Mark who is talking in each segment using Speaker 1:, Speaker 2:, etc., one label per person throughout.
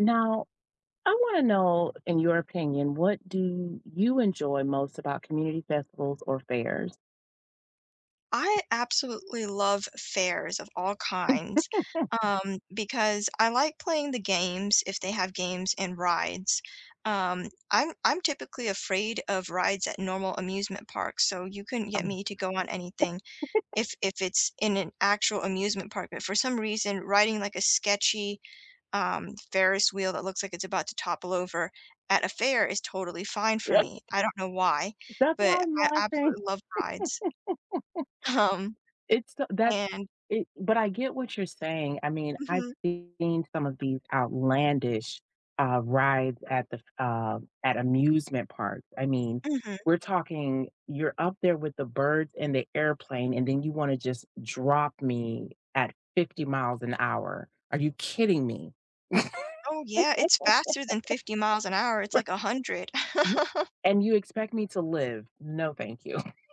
Speaker 1: Now, I want to know, in your opinion, what do you enjoy most about community festivals or fairs?
Speaker 2: I absolutely love fairs of all kinds, because I like playing the games if they have games and rides. I'm typically afraid of rides at normal amusement parks, so you couldn't get me to go on anything if it's in an actual amusement park. But for some reason, riding like a sketchy Ferris wheel that looks like it's about to topple over at a fair is totally fine for
Speaker 1: Yep,
Speaker 2: me. I don't know why,
Speaker 1: that's
Speaker 2: but
Speaker 1: why I'm
Speaker 2: I
Speaker 1: laughing.
Speaker 2: absolutely love rides. Um,
Speaker 1: It's so- that's
Speaker 2: and
Speaker 1: it, but I get what you're saying. I mean, I've
Speaker 2: Mhm,
Speaker 1: seen some of these outlandish rides at the at amusement parks. I mean,
Speaker 2: mhm.
Speaker 1: we're talking you're up there with the birds and the airplane, and then you want to just drop me at 50 miles an hour. Are you kidding me?
Speaker 2: Oh, yeah, it's faster than 50 miles an hour, it's like 100.
Speaker 1: Yeah, and you expect me to live. No, thank you.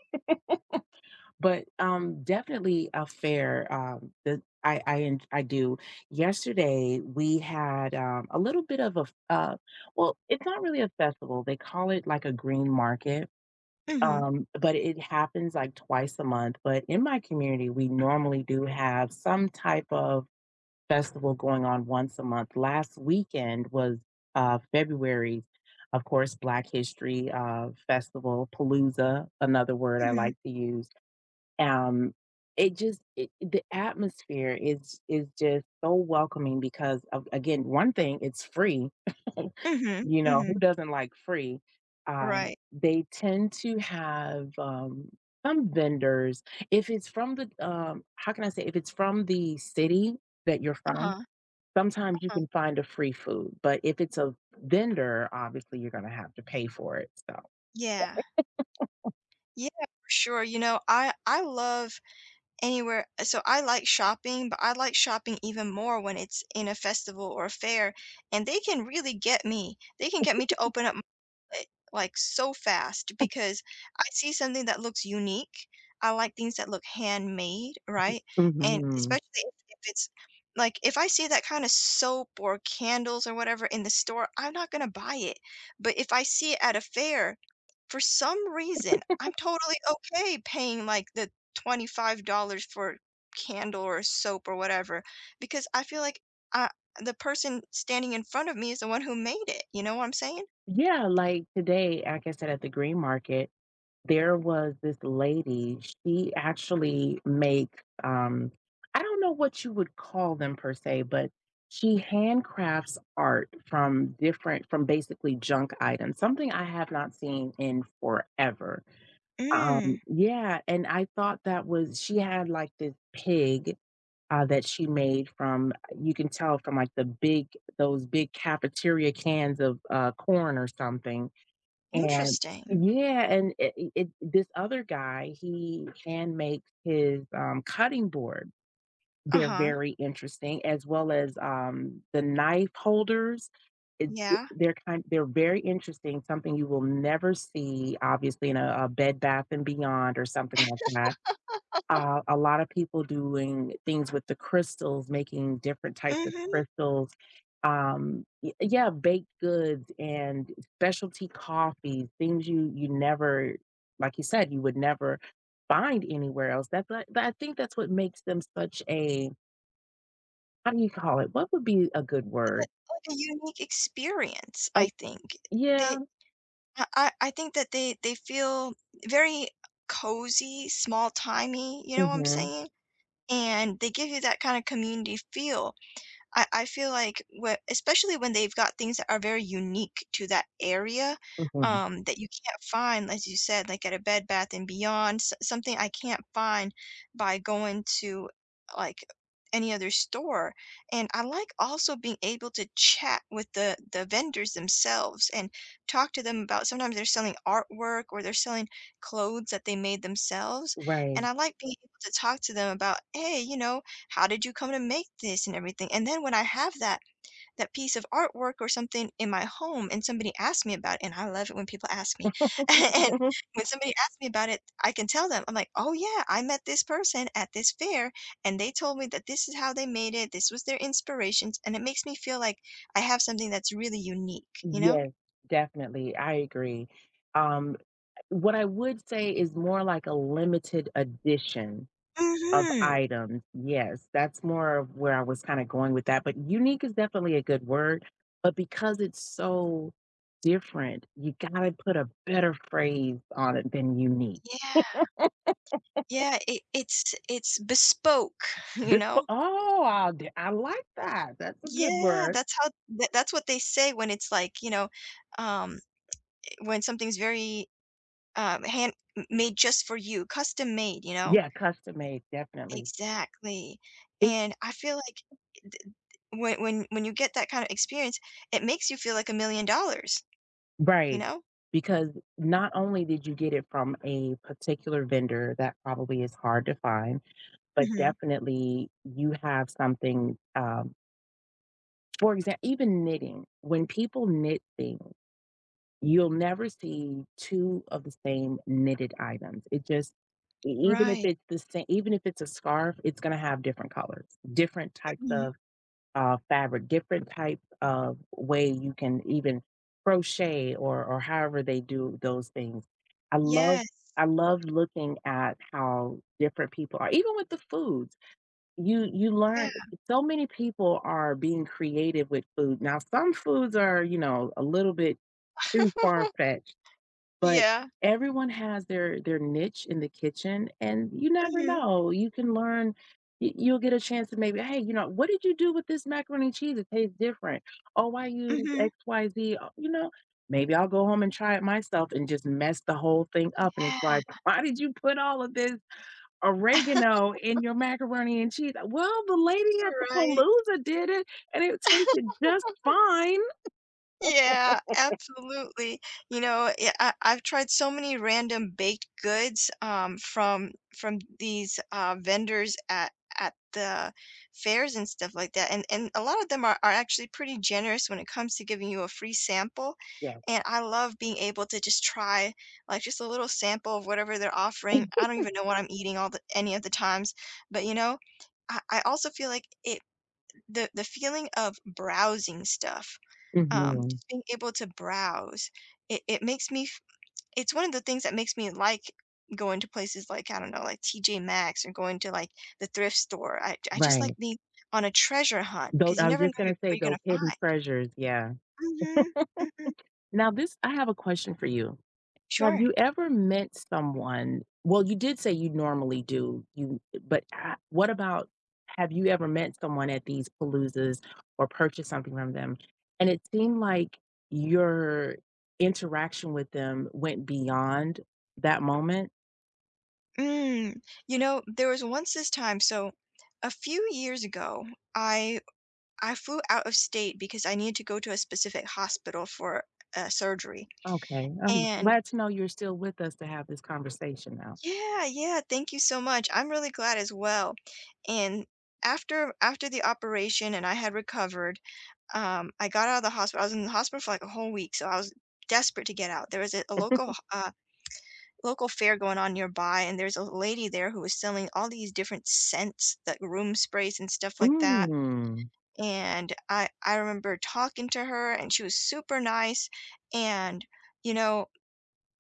Speaker 1: But, definitely a fair, the I en I do. Yesterday, we had, a little bit of a f well, it's not really a festival. They call it like a green market,
Speaker 2: Mhm,
Speaker 1: but it happens like twice a month. But in my community, we normally do have some type of festival going on once a month. Last weekend was February's, of course, Black History Festival, Palooza, another word I
Speaker 2: mhm,
Speaker 1: like to use. Um, it just the atmosphere is just so welcoming because of, again, one thing, it's free.
Speaker 2: mhm,
Speaker 1: You know who
Speaker 2: mhm.
Speaker 1: doesn't like free?
Speaker 2: Right.
Speaker 1: They tend to have some vendors. If it's from the how can I say? If it's from the city that you're from,
Speaker 2: Uh-huh,
Speaker 1: sometimes you
Speaker 2: uh-huh.
Speaker 1: can find a free food, but if it's a vendor, obviously you're gonna have to pay for it, so.
Speaker 2: Yeah. Yeah, for sure, I love anywhere so I like shopping, but I like shopping even more when it's in a festival or a fair, and they can really get me. They can get me to open up eh, like, so fast because I see something that looks unique. I like things that look handmade, right? And
Speaker 1: Mhm.
Speaker 2: especially if it's like, if I see that kinda soap or candles or whatever in the store, I'm not gonna buy it. But if I see it at a fair, for some reason, I'm totally okay paying, like, the $25 for candle or soap or whatever because I feel like, uh, the person standing in front of me is the one who made it, you know what I'm saying?
Speaker 1: Yeah, like today, like I said, at the green market, there was this lady, she actually make, I don't know what you would call them per se, but she handcrafts art from basically junk items, something I have not seen in forever.
Speaker 2: Mm,
Speaker 1: Yeah, and I thought that was she had like this pig, that she made from, you can tell from like the big, those big cafeteria cans of, corn or something. And
Speaker 2: interesting.
Speaker 1: yeah, and it this other guy, he hand makes his, cutting board. They're
Speaker 2: Uh-huh,
Speaker 1: very interesting, as well as, the knife holders. It
Speaker 2: yeah.
Speaker 1: they're kind they're very interesting, something you will never see, obviously, in a Bed Bath& and Beyond or something like that. A lot of people doing things with the crystals, making different types of
Speaker 2: Mhm,
Speaker 1: crystals. Yeah, baked goods and specialty coffees, things you never, like you said, you would never find anywhere else. That's what, I think that's what makes them such a, how do you call it? What would be a good word?
Speaker 2: like a unique experience,
Speaker 1: A
Speaker 2: I think.
Speaker 1: yeah.
Speaker 2: They I think that they feel very cozy, small-timey, you know what I'm
Speaker 1: hmm
Speaker 2: saying? And they give you that kinda community feel. I feel like whe especially when they've got things that are very unique to that area,
Speaker 1: hmm
Speaker 2: that you can't find, as you said, like, at a Bed Bath& and Beyond, s something I can't find by going to, like, any other store, and I like also being able to chat with the vendors themselves and talk to them about sometimes they're selling artwork or they're selling clothes that they made themselves,
Speaker 1: Right.
Speaker 2: and I like being able to talk to them about, "Hey," you know, how did you come to make this and everything. And then when I have that piece of artwork or something in my home and somebody asks me about it, and I love it when people ask me and when somebody asks me about it, I can tell them, I'm like, "Oh, yeah, I met this person at this fair, and they told me that this is how they made it. This was their inspirations." And it makes me feel like I have something that's really unique, you know?
Speaker 1: Yes, definitely. I agree. Um, What I would say is more like a limited edition of
Speaker 2: Hmm,
Speaker 1: items. Yes, that's more of where I was kinda going with that, but unique is definitely a good word, but because it's so different, you gotta put a better phrase on it than unique.
Speaker 2: yeah, yeah it's bespoke. You
Speaker 1: This
Speaker 2: know?
Speaker 1: oh, I like that. That's a good
Speaker 2: Yeah,
Speaker 1: word.
Speaker 2: that's how th that's what they say when it's like, you know, um, when something's very, hand m made just for you, custom made, you know?
Speaker 1: Yeah, custom made, definitely.
Speaker 2: Exactly,
Speaker 1: It
Speaker 2: and I feel like th when when you get that kind of experience, it makes you feel like $1,000,000, you
Speaker 1: right,
Speaker 2: know?
Speaker 1: because not only did you get it from a particular vendor that probably is hard to find, but
Speaker 2: Mhm.
Speaker 1: definitely you have something, for example, even knitting, when people knit things, you'll never see 2 of the same knitted items. It just, e even if
Speaker 2: Right.
Speaker 1: it's the same, even if it's a scarf, it's gonna have different colors, different types
Speaker 2: Mhm.
Speaker 1: of, fabric, different types of way you can even crochet or however they do those things. I love
Speaker 2: Yes.
Speaker 1: I love looking at how different people are even with the foods. You learn
Speaker 2: Yeah.
Speaker 1: so many people are being creative with food. Now, some foods are, you know, a little bit too far-fetched, but
Speaker 2: Yeah.
Speaker 1: everyone has their niche in the kitchen, and you never
Speaker 2: Mhm.
Speaker 1: know. You can learn, y you'll get a chance to maybe, "Hey, you know, what did you do with this macaroni and cheese? It tastes different." "Oh, I use
Speaker 2: Mhm.
Speaker 1: XYZ." Oh, you know, maybe I'll go home and try it myself and just mess the whole thing up, and it's
Speaker 2: Yeah.
Speaker 1: like, "Why did you put all of this oregano in your macaroni and cheese? Well, the lady at the
Speaker 2: Right.
Speaker 1: Palooza did it, and it tasted just fine."
Speaker 2: Yeah, absolutely. You know, yeah, I, I've tried so many random baked goods from these vendors at the fairs and stuff like that. And a lot of them are actually pretty generous when it comes to giving you a free sample.
Speaker 1: Yeah.
Speaker 2: And I love being able to just try like just a little sample of whatever they're offering. I don't even know what I'm eating all the any of the times, but you know, I also feel like it the feeling of browsing stuff
Speaker 1: Mhm.
Speaker 2: just being able to browse, it makes me f it's one of the things that makes me like going to places like, I don't know, like TJ Maxx or going to, like, the thrift store. I just like
Speaker 1: Right.
Speaker 2: being on a treasure hunt
Speaker 1: Though
Speaker 2: because you
Speaker 1: I was
Speaker 2: never know
Speaker 1: just gonna
Speaker 2: what
Speaker 1: say
Speaker 2: you're
Speaker 1: those
Speaker 2: gonna
Speaker 1: hidden
Speaker 2: find.
Speaker 1: treasures, yeah.
Speaker 2: Mhm, mhm.
Speaker 1: Now this, I have a question for you. Have
Speaker 2: Sure.
Speaker 1: you ever met someone, well, you did say you normally do, you, but, what about, have you ever met someone at these paloozas or purchased something from them, and it seemed like your interaction with them went beyond that moment?
Speaker 2: Mm. You know, there was once this time, so a few years ago, I I flew out of state because I needed to go to a specific hospital for, surgery,
Speaker 1: Okay, I'm
Speaker 2: and
Speaker 1: glad to know you're still with us to have this conversation now.
Speaker 2: yeah, yeah, thank you so much. I'm really glad as well. And after the operation and I had recovered, I got out of the hospital. I was in the hospital for like a whole week, so I was desperate to get out. There was a local local fair going on nearby, and there's a lady there who was selling all these different scents, like room sprays and stuff like that.
Speaker 1: Mm.
Speaker 2: And I remember talking to her, and she was super nice, and you know,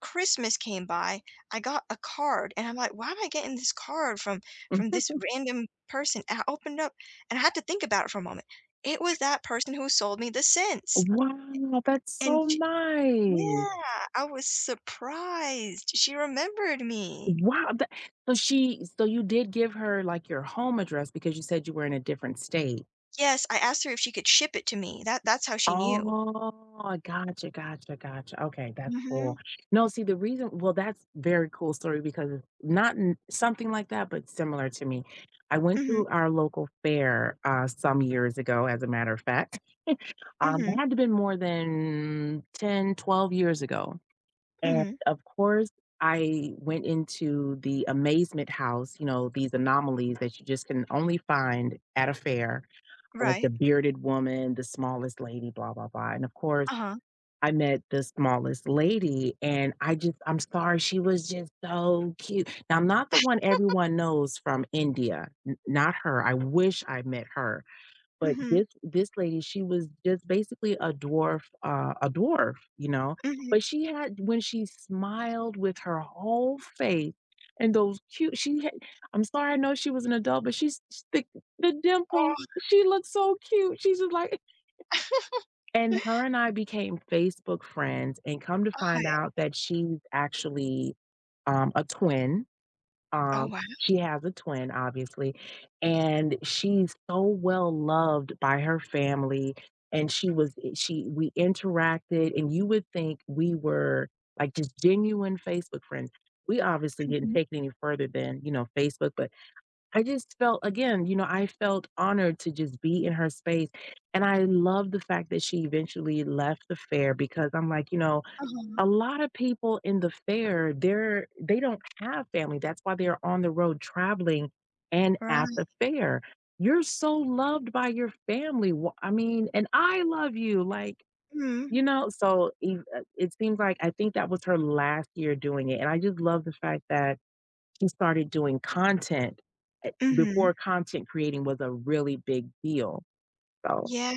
Speaker 2: Christmas came by, I got a card, and I'm like, "Why am I getting this card from
Speaker 1: Mm.
Speaker 2: this random person?" And I opened up and I had to think about it for a moment. It was that person who sold me the scents,
Speaker 1: Wow, that's
Speaker 2: and
Speaker 1: so
Speaker 2: sh
Speaker 1: nice.
Speaker 2: yeah, I was surprised. She remembered me.
Speaker 1: Wow, tha so she, so you did give her, like, your home address because you said you were in a different state?
Speaker 2: Yes, I asked her if she could ship it to me. That's how she knew.
Speaker 1: Oh, gotcha, gotcha, gotcha. Okay, that's cool.
Speaker 2: Mhm,
Speaker 1: No, see, the reason, well, that's very cool story because it's not n something like that, but similar to me. I went
Speaker 2: mhm,
Speaker 1: to our local fair, some years ago, as a matter of fact. It
Speaker 2: mhm,
Speaker 1: had to been more than 10, 12 years ago. And
Speaker 2: mhm.
Speaker 1: of course, I went into the amazement house, you know, these anomalies that you just can only find at a fair, like the
Speaker 2: Right.
Speaker 1: bearded woman, the smallest lady, blah, blah, blah. And of course,
Speaker 2: Uh-huh.
Speaker 1: I met the smallest lady, and I just, I'm sorry, she was just so cute. Now, I'm not the one everyone knows from India, not her. I wish I met her, but
Speaker 2: Mhm,
Speaker 1: this lady, she was just basically a dwarf, a dwarf, you know,
Speaker 2: mhm.
Speaker 1: but she had, when she smiled with her whole face and those cute, she had, I'm sorry, I know she was an adult, but she's s the dimple,
Speaker 2: Oh,
Speaker 1: she looked so cute. She's just like, and her and I became Facebook friends, and come to find
Speaker 2: okay.
Speaker 1: out that she's actually, a twin.
Speaker 2: Oh, wow.
Speaker 1: She has a twin, obviously, and she's so well loved by her family, and she was she we interacted, and you would think we were, like, just genuine Facebook friends. We obviously didn't
Speaker 2: Mhm.
Speaker 1: take it any further than, you know, Facebook, but I just felt, again, you know, I felt honored to just be in her space, and I love the fact that she eventually left the fair because I'm like, you know,
Speaker 2: Uh-huh.
Speaker 1: a lot of people in the fair, they don't have family. That's why they're on the road traveling and at
Speaker 2: Right.
Speaker 1: the fair. You're so loved by your family. I mean, and I love you. Like,
Speaker 2: Mhm,
Speaker 1: you know, so it seems like I think that was her last year doing it. And I just love the fact that she started doing content,
Speaker 2: mhm.
Speaker 1: before content creating was a really big deal. So.
Speaker 2: Yeah.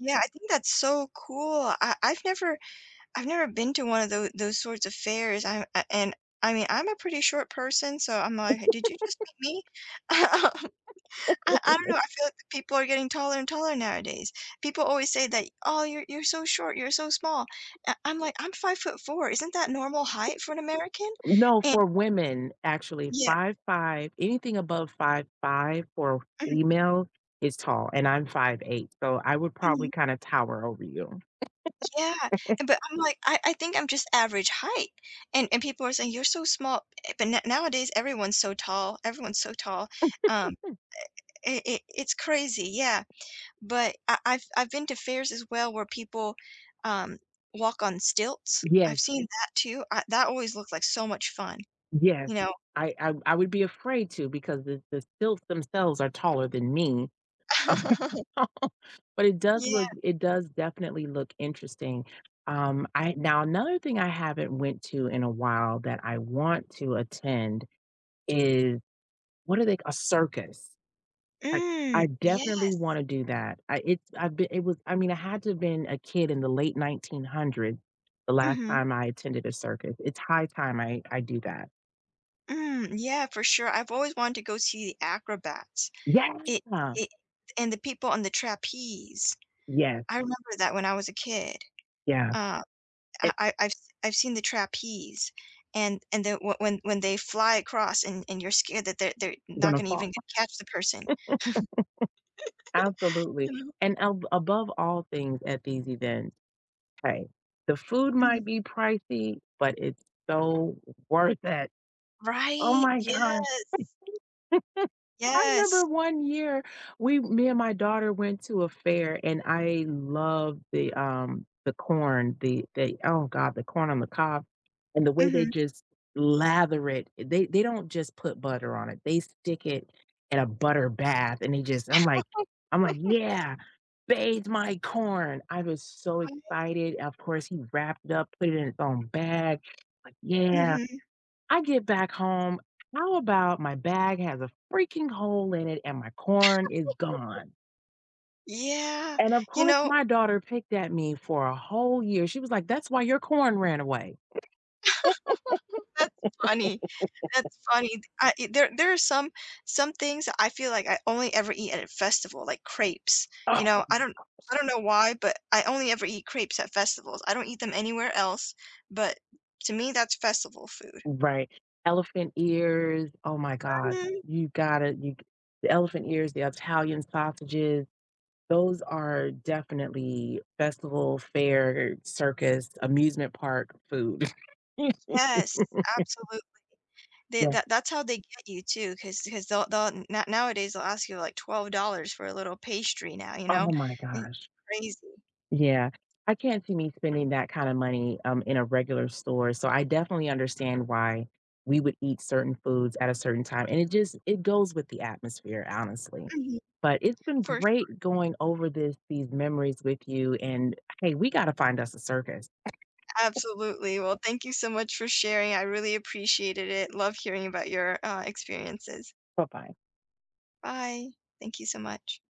Speaker 2: Yeah, I think that's so cool. I've never been to one of those sorts of fairs. I mean, I'm a pretty short person, so I'm like, "Hey, did you just meet me?" I don't know, I feel like the people are getting taller and taller nowadays. People always say that, "Oh, you're so short, you're so small." I am like, "I'm 5 foot 4. Isn't that normal height for an American?"
Speaker 1: No,
Speaker 2: And
Speaker 1: for women, actually,
Speaker 2: yeah.
Speaker 1: five five anything above 5'5" for a
Speaker 2: Mhm,
Speaker 1: female is tall, and I'm 5'8", so I would probably
Speaker 2: mhm.
Speaker 1: kinda tower over you.
Speaker 2: Yeah, and but I'm like, I think I'm just average height, and people are saying, "You're so small," but n nowadays, everyone's so tall, um, it's crazy, yeah, but I've been to fairs as well where people, um, walk on stilts.
Speaker 1: Yes,
Speaker 2: I've seen that too, I that always looked like so much fun,
Speaker 1: yes.
Speaker 2: you know?
Speaker 1: I would be afraid to because the stilts themselves are taller than me. But
Speaker 2: Yeah.
Speaker 1: it does definitely look interesting. I now another thing I haven't went to in a while that I want to attend is, what are they, a circus. I
Speaker 2: Mm,
Speaker 1: I definitely
Speaker 2: yes.
Speaker 1: wanna do that. I mean, I had to have been a kid in the late 1900s the last
Speaker 2: Mm,
Speaker 1: time I attended a circus. It's high time I do that.
Speaker 2: mhm, mm, yeah, for sure, I've always wanted to go see the acrobats,
Speaker 1: Yeah.
Speaker 2: it it and the people on the trapeze.
Speaker 1: Yes,
Speaker 2: I remember that when I was a kid.
Speaker 1: yeah.
Speaker 2: Uh, I
Speaker 1: It's
Speaker 2: I I've I've seen the trapeze and then when when they fly across and you're scared that they're not
Speaker 1: gonna
Speaker 2: gonna
Speaker 1: fall.
Speaker 2: even catch the person,
Speaker 1: Absolutely.
Speaker 2: you know?
Speaker 1: And ab above all things at these events, hey, the food
Speaker 2: Mhm.
Speaker 1: might be pricey, but it's so worth it. Oh
Speaker 2: Right,
Speaker 1: my gosh.
Speaker 2: yes.
Speaker 1: I remember
Speaker 2: Yes.
Speaker 1: one year we me and my daughter went to a fair and I loved the corn, the oh god, the corn on the cob and the way they
Speaker 2: Mhm.
Speaker 1: just lather it. They don't just put butter on it. They stick it in a butter bath and they just, I'm like, I'm like, "Yeah, bathe my corn." I was so excited. Of course, he wrapped it up, put it in its own bag. Like, "Yeah."
Speaker 2: Mhm.
Speaker 1: I get back home, how about my bag has a freaking hole in it and my corn is gone?
Speaker 2: Yeah.
Speaker 1: And of
Speaker 2: You
Speaker 1: course,
Speaker 2: know,
Speaker 1: my daughter picked at me for a whole year. She was like, "That's why your corn ran away."
Speaker 2: that's funny. That's funny. I there there are some things I feel like I only ever eat at a festival, like crepes, you know?
Speaker 1: Oh,
Speaker 2: I don't know why, but I only ever eat crepes at festivals. I don't eat them anywhere else, but to me, that's festival food.
Speaker 1: right. Elephant ears. Oh my God.
Speaker 2: Mhm.
Speaker 1: You gotta, you, the elephant ears, the Italian sausages. Those are definitely festival, fair, circus, amusement park food.
Speaker 2: Yes, absolutely. They,
Speaker 1: Yeah.
Speaker 2: that that's how they get you too, because 'cause 'cause they'll now nowadays, they'll ask you, like, $12 for a little pastry now, you
Speaker 1: Oh
Speaker 2: know?
Speaker 1: my
Speaker 2: It's
Speaker 1: gosh.
Speaker 2: crazy.
Speaker 1: Yeah. I can't see me spending that kind of money, in a regular store, so I definitely understand why we would eat certain foods at a certain time, and it just, it goes with the atmosphere, honestly.
Speaker 2: Mhm.
Speaker 1: But it's been
Speaker 2: For
Speaker 1: great going over this these memories with you, and, hey, we gotta find us a circus.
Speaker 2: absolutely. Well, thank you so much for sharing. I really appreciated it. Love hearing about your experiences.
Speaker 1: Bye-bye.
Speaker 2: Bye. Thank you so much.